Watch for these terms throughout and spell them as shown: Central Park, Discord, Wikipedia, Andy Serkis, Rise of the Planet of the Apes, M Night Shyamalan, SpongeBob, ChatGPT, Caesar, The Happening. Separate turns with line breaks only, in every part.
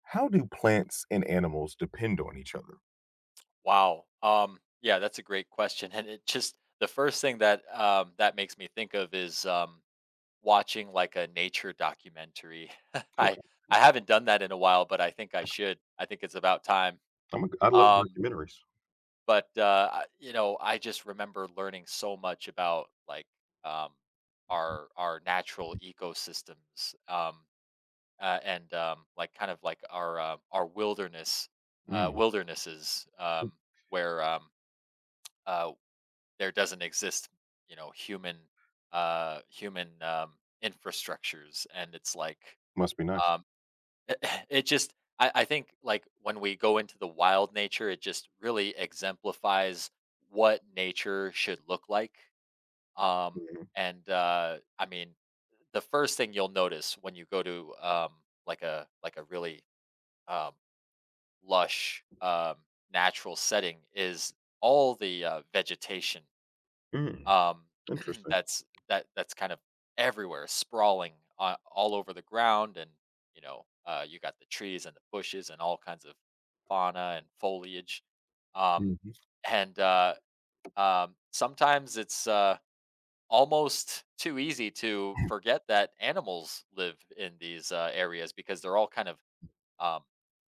How do plants and animals depend on each other?
Wow. Yeah, that's a great question. And it just the first thing that makes me think of is watching like a nature documentary. I
Okay,
I haven't done that in a while, but I think I should. I think it's about time.
I love
Um,
documentaries.
but I just remember learning so much about, like, um, our natural ecosystems, and like kind of like our wilderness uh,
Mm.
wildernesses
Mm.
where, uh, there doesn't exist, human human infrastructures. And it's like,
Must be nice.
um it just I think, like, when we go into the wild nature, it just really exemplifies what nature should look like. um
Mhm.
and I mean, the first thing you'll notice when you go to, like a, really um lush, natural setting is all the vegetation.
Mm.
Um,
Interesting.
that's that's kind of everywhere, sprawling all over the ground, and you know, you got the trees and the bushes and all kinds of fauna and foliage. Um,
Mhm.
and Sometimes it's almost too easy to forget that animals live in these areas because they're all kind of um,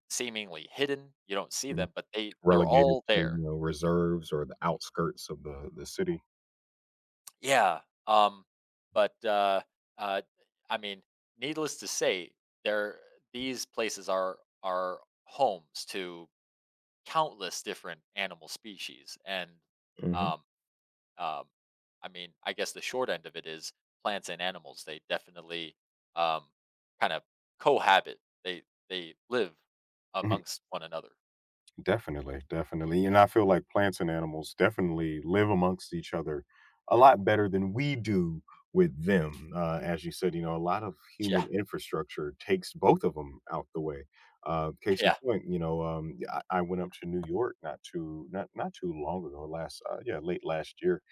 seemingly hidden. You don't see
Mm.
them, but they're
Relegated
all
to, you
there.
know, reserves or the outskirts of the city.
Yeah. um, but, uh, I mean, needless to say, there these places are homes to countless different animal species, and,
Hmm.
um, um, I mean, I guess the short end of it is plants and animals, they definitely, um, kind of cohabit. They live amongst one another.
Definitely, definitely. And I feel like plants and animals definitely live amongst each other a lot better than we do with them. As you said, you know, a lot of
Yeah.
human infrastructure takes both of them out the way. Case in
Yeah,
point, you know, yeah, I went up to New York not too long ago, last yeah, late last year,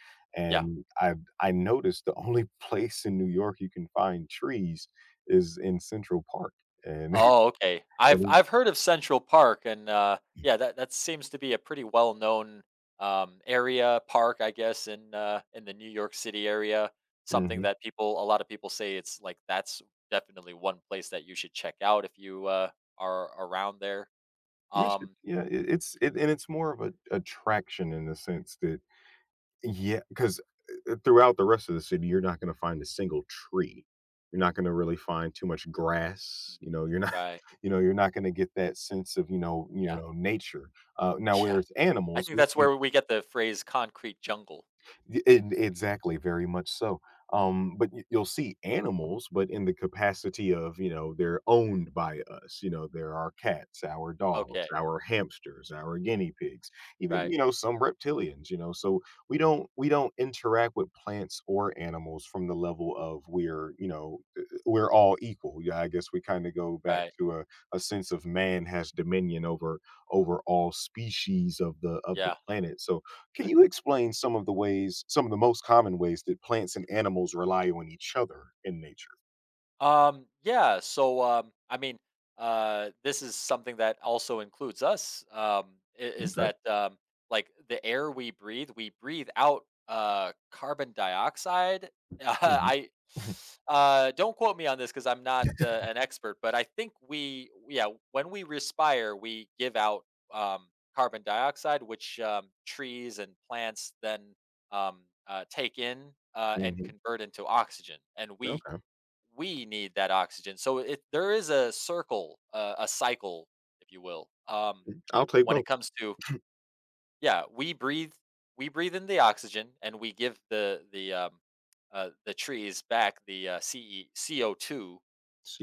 yeah.
and I noticed the only place in New York you can find trees is in Central Park, and
Oh, okay. I've heard of Central Park, and yeah, that seems to be a pretty well known area park, I guess, in in the New York City area. Something
mhm.
that people, a lot of people say, it's like that's definitely one place that you should check out if you are around there.
You should,
Um,
yeah, it it's it and it's more of a attraction in the sense that yeah, because throughout the rest of the city, you're not gonna find a single tree. You're not gonna really find too much grass, you know, you're not
right?
you know, you're not gonna get that sense of, you
Yeah.
know, nature. Now
Yeah.
whereas
I
animals,
think
we
that's
keep
where we get the phrase "concrete jungle."
And exactly, very much so. You'll see animals, but in the capacity of, you know, they're owned by us. You know, there are cats, our dogs,
Okay.
our hamsters, our guinea pigs, even,
Right.
you know, some reptilians, you know. So we
Mm.
don't we don't interact with plants or animals from the level of we're, you know, we're all equal. Yeah, I guess we kind of go back
Right.
to a sense of man has dominion over all species of the
Yeah.
planet. So can you explain some of the ways, some of the most common ways that plants and animals rely on each other in nature?
Yeah. So, I mean, this is something that also includes us. Is
Okay.
that, like, the air we breathe? We breathe out carbon dioxide.
Hmm.
I don't quote me on this because I'm not an expert, but I think we, yeah, when we respire, we give out um, carbon dioxide, which, trees and plants then take in and
Hmm.
convert into oxygen, and we
Okay.
we need that oxygen. So it there is a circle, a cycle, if you will.
I'll take
When
both.
it comes to, yeah, we breathe in the oxygen and we give the trees back the CE, CO2.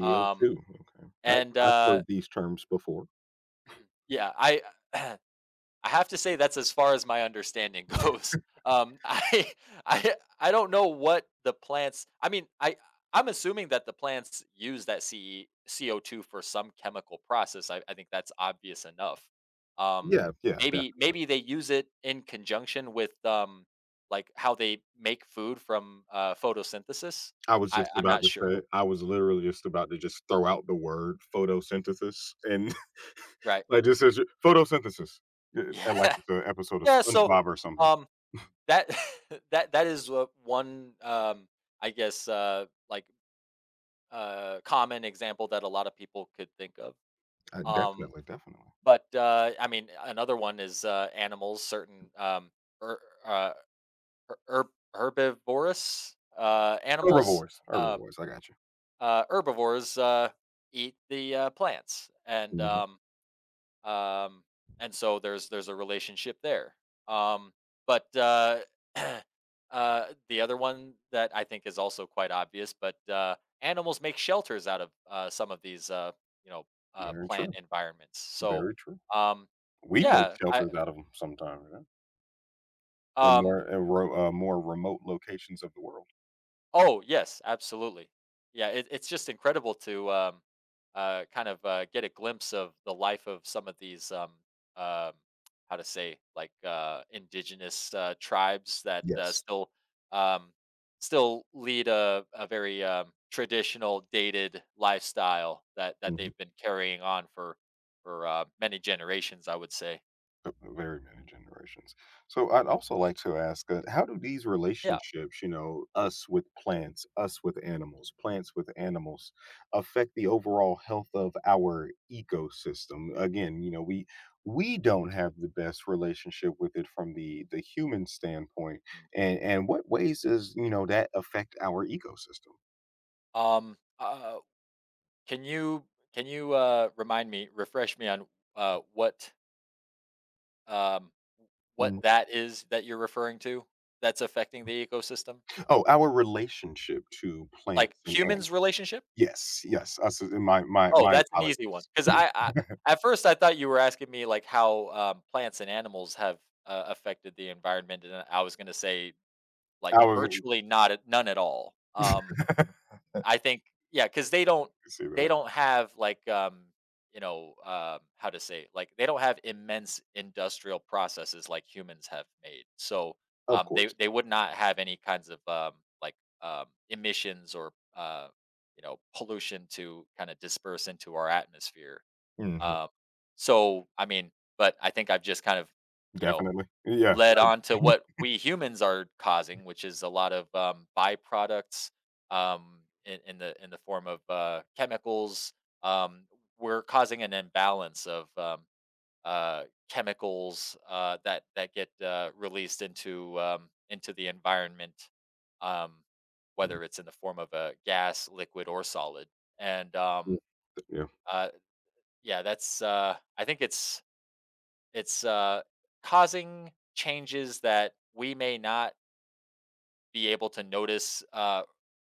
Um,
Okay. I've,
and
I've heard these terms before.
Yeah, I I have to say that's as far as my understanding goes. I I don't know what the plants. I mean, I'm assuming that the plants use that CE, CO2 for some chemical process. I think that's obvious enough. Um,
Yeah. Yeah.
maybe
Definitely.
maybe they use it in conjunction with, like how they make food from photosynthesis.
I was
I,
just
I'm
about
not
to
sure.
say, I was literally just about to just throw out the word photosynthesis. And
Right?
like just says photosynthesis. uh, Like
Yeah.
it's an episode of
Yeah. So,
SpongeBob or something.
um, That that is one, I guess, like, common example that a lot of people could think of. Um,
Definitely. Definitely.
but, I mean, another one is, animals, certain, er, uh, her herb herbivorous, animals,
Herbivores.
uh,
Herbivores. I got you.
herbivores, eat the, plants, and,
Hmm.
um um, and so there's a relationship there. Um, but the other one that I think is also quite obvious, but animals make shelters out of some of these you know
Very
plant
true.
environments. So,
Very true.
um,
We make
yeah, I
shelters out of them sometimes, yeah, in
um,
more in ro more remote locations of the world.
oh, yes, absolutely. Yeah, it's just incredible to kind of get a glimpse of the life of some of these, um, how to say, like, indigenous tribes that
Yes,
um, still lead a very, traditional, dated lifestyle that
mhm.
they've been carrying on for many generations. I would say.
Very many generations. So, I'd also like to ask, how do these
Yeah.
relationships, you know, us with plants, us with animals, plants with animals, affect the overall health of our ecosystem? Again, you know, we don't have the best relationship with it from the human standpoint,
Mm.
and what ways does, you know, that affect our ecosystem?
Um, uh, can you can you remind me, refresh me on, uh, what um, what that is that you're referring to that's affecting the ecosystem?
Oh, our relationship to
Like
plants and animals.
humans' relationship?
Yes, yes, us as
Oh,
my
that's an easy one.
apologies.
Because at first, I thought you were asking me, like, how plants and animals have affected the environment, and I was going to say, like,
I was
virtually not at, none at all. I think, yeah, because they don't
see
they
that.
don't have, like, how to say, like, they don't have immense industrial processes like humans have made. So,
Of
they
course.
they would not have any kinds of, emissions or pollution to kind of disperse into our atmosphere.
Mhm,
Um so, I mean, but I think I've just kind of, you know,
definitely. Yeah.
led on to what we humans are causing, which is a lot of, byproducts, in the form of, chemicals. Um, we're causing an imbalance of, chemicals, that get, released into the environment, um,
Mm,
whether it's in the form of a gas, liquid, or solid. And,
mm, yeah,
uh, yeah, I think it's, causing changes that we may not be able to notice,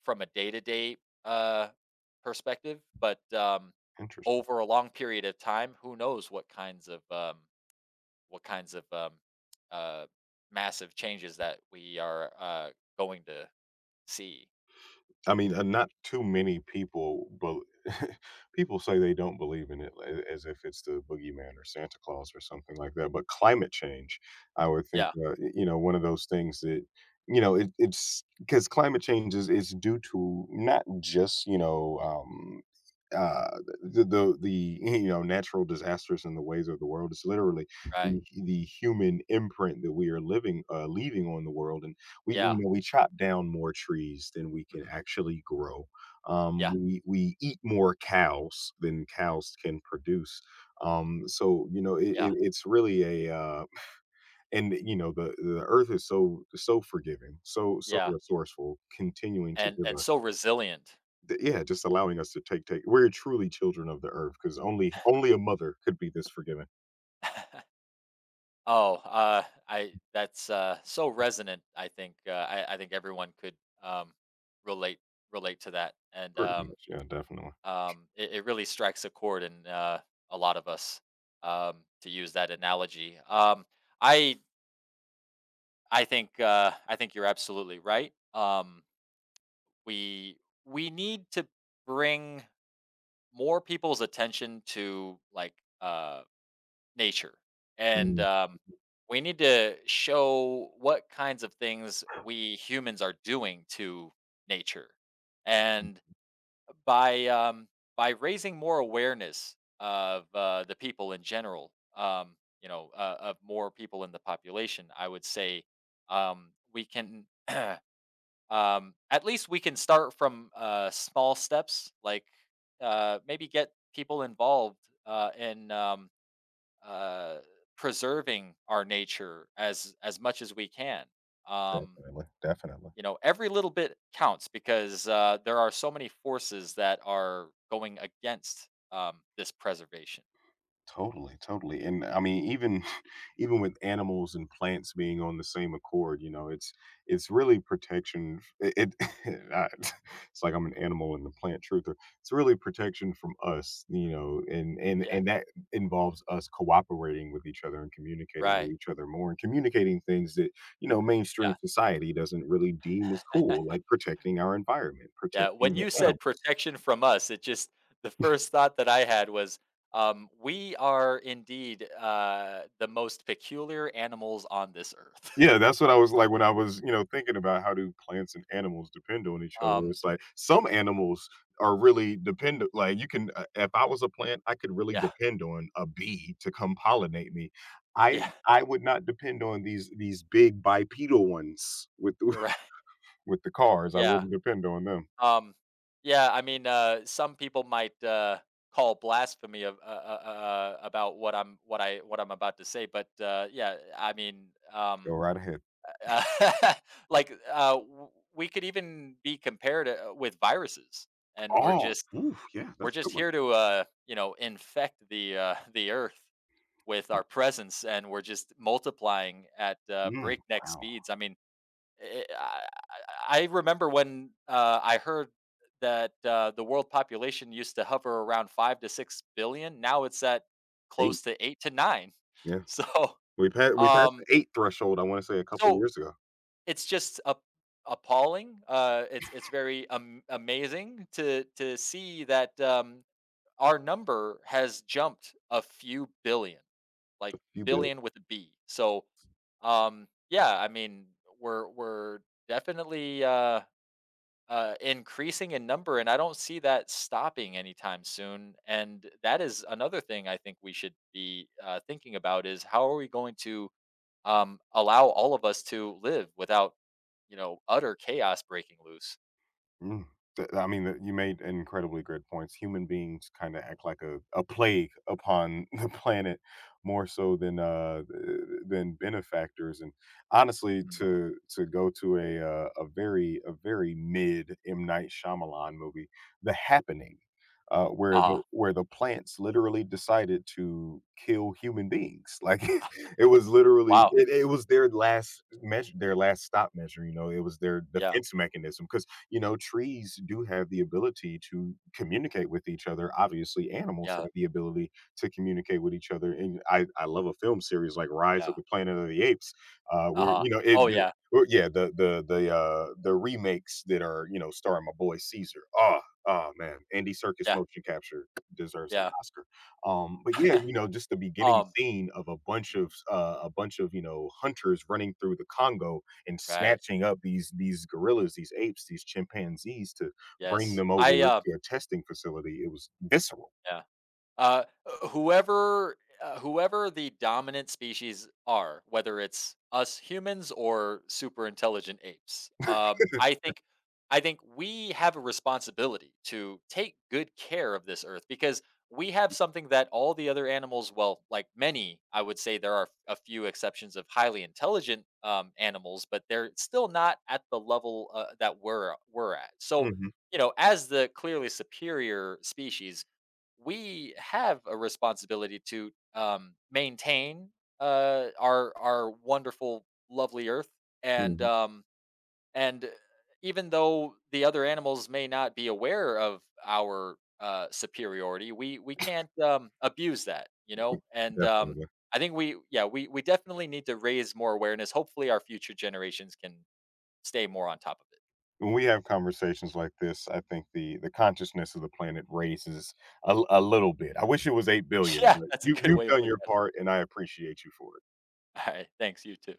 from a day-to-day, uh, perspective, but,
interesting.
over a long period of time, who knows what kinds of, what kinds of, um, uh, massive changes that we are, going to see.
I mean, not too many people. But people say they don't believe in it a as if it's the boogeyman or Santa Claus or something like that, but climate change, I would think,
Yeah,
y you know, one of those things that, you know, it it's because climate change is due to not just, uh the you know natural disasters and the ways of the world is literally
right.
the human imprint that we are living leaving on the world, and we, you
Yeah.
know, we chop down more trees than we can
Mhm.
actually grow, um,
Yeah,
we eat more cows than cows can produce, um, so you know
yeah,
it's really a uh, and you know the earth is so forgiving, so
yeah,
resourceful, continuing to give
and so
us.
resilient.
Th Yeah, just allowing us to take, we're truly children of the earth because only a mother could be this forgiving.
Oh, I that's, so resonant. I think everyone could, um, relate relate to that, and,
Pretty much, yeah, definitely.
it, it really strikes a chord in a lot of us. To use that analogy, I I think you're absolutely right. We we need to bring more people's attention to, like. Uh, Nature. And,
Mm,
we need to show what kinds of things we humans are doing to nature. And by um, by raising more awareness of, the people in general, you know, of more people in the population, I would say, we can. At least we can start from small steps, like, maybe get people involved in, uh, preserving our nature as much as we can. Um,
definitely, definitely.
you know, every little bit counts because there are so many forces that are going against, this preservation.
Totally, totally, and I mean, even even with animals and plants being on the same accord, you know, it's really protection, it, it it's like I'm an animal and the plant truther, it's really protection from us, you
Mm.
know,
Yeah,
and that involves us cooperating with each other and communicating
right.
with each other more and communicating things that you know
Yeah.
mainstream society doesn't really deem as cool, like protecting our environment,
Yeah.
protecting
When
the
you
animal.
said protection from us, it just the first thought that I had was, we are indeed the most peculiar animals on this earth.
Yeah, that's what I was like when I was, you know, thinking about how do plants and animals depend on each other.
um,
It's like some animals are really dependent. Like you can, if I was a plant, I could really
yeah,
depend on a bee to come pollinate me. I
yeah.
I would not depend on these big bipedal ones with the,
You're right.
with the cars. I
Yeah.
wouldn't depend on them.
Um, yeah, I mean, some people might call blasphemy of, about what I'm about to say, but yeah, I mean,
Go right ahead.
uh, like, we could even be compared with viruses, and we're
Oh,
just
ooh, yeah,
we're
that's a
just
good one.
here to, you know, infect the the earth with our presence, and we're just multiplying at
Mm,
breakneck
wow,
speeds. I mean, Eh, eh, I I remember when, I heard that, the world population used to hover around 5 to 6 billion, now it's at
eight.
close to 8 to 9.
Yeah,
So,
we passed the
um,
eight threshold. I want to say a couple
so
years ago.
it's just a appalling, it's very am amazing to see that, our number has jumped a few billion, like,
You built.
billion with a B. So, yeah, I mean, we're definitely, increasing in number, and I don't see that stopping anytime soon. And that is another thing I think we should be thinking about is how are we going to, allow all of us to live without, you know, utter chaos breaking loose.
Mm. I mean, that you made incredibly great points. Human beings kind of act like a plague upon the planet more so than than benefactors. And honestly,
Mm.
to go to a very mid M. Night Shyamalan movie, The Happening,
Uh huh.
where the plants literally decided to kill human beings. Like it was literally
Wow.
it was their last measure, their last stop measure. You know, it was their
Yeah.
defense mechanism because you know trees do have the ability to communicate with each other, obviously animals
Yeah.
have the ability to communicate with each other, and I love a film series like Rise of
Yeah.
the Planet of the Apes, uh,
Uh
where
huh.
you know
Oh yeah.
well, yeah, the remakes that are, you know, starring my boy Caesar. Oh, oh man, Andy Serkis
Yeah.
motion capture deserves an
Yeah.
Oscar. Um, but yeah, you know, just the beginning
um.
scene of
Mhm.
a bunch of, you know, hunters running through the Congo and
Right.
snatching up these gorillas, these apes, these chimpanzees to bring
Yes.
them
I.
over to a testing facility. It was visceral.
Yeah. Uh, uh, whoever whoever the dominant species are, whether it's us humans or super intelligent apes, I think we have a responsibility to take good care of this earth because we have something that all the other animals, well, like many, I would say there are a few exceptions of highly intelligent, animals, but they're still not at the level that we're at. So,
Mhm,
you know, as the clearly superior species, we have a responsibility to, maintain our wonderful, lovely Earth, and,
mhm,
and even though the other animals may not be aware of our superiority, we can't, abuse that, you know. And,
definitely.
I think we yeah, we definitely need to raise more awareness. Hopefully, our future generations can stay more on top of it.
When we have conversations like this, I think the consciousness of the planet raises a little bit. I wish it was 8 billion,
Yeah,
but
that's a good
you've
way of
done
looking
your
at it.
part and I appreciate you for it.
All right, thanks. You too.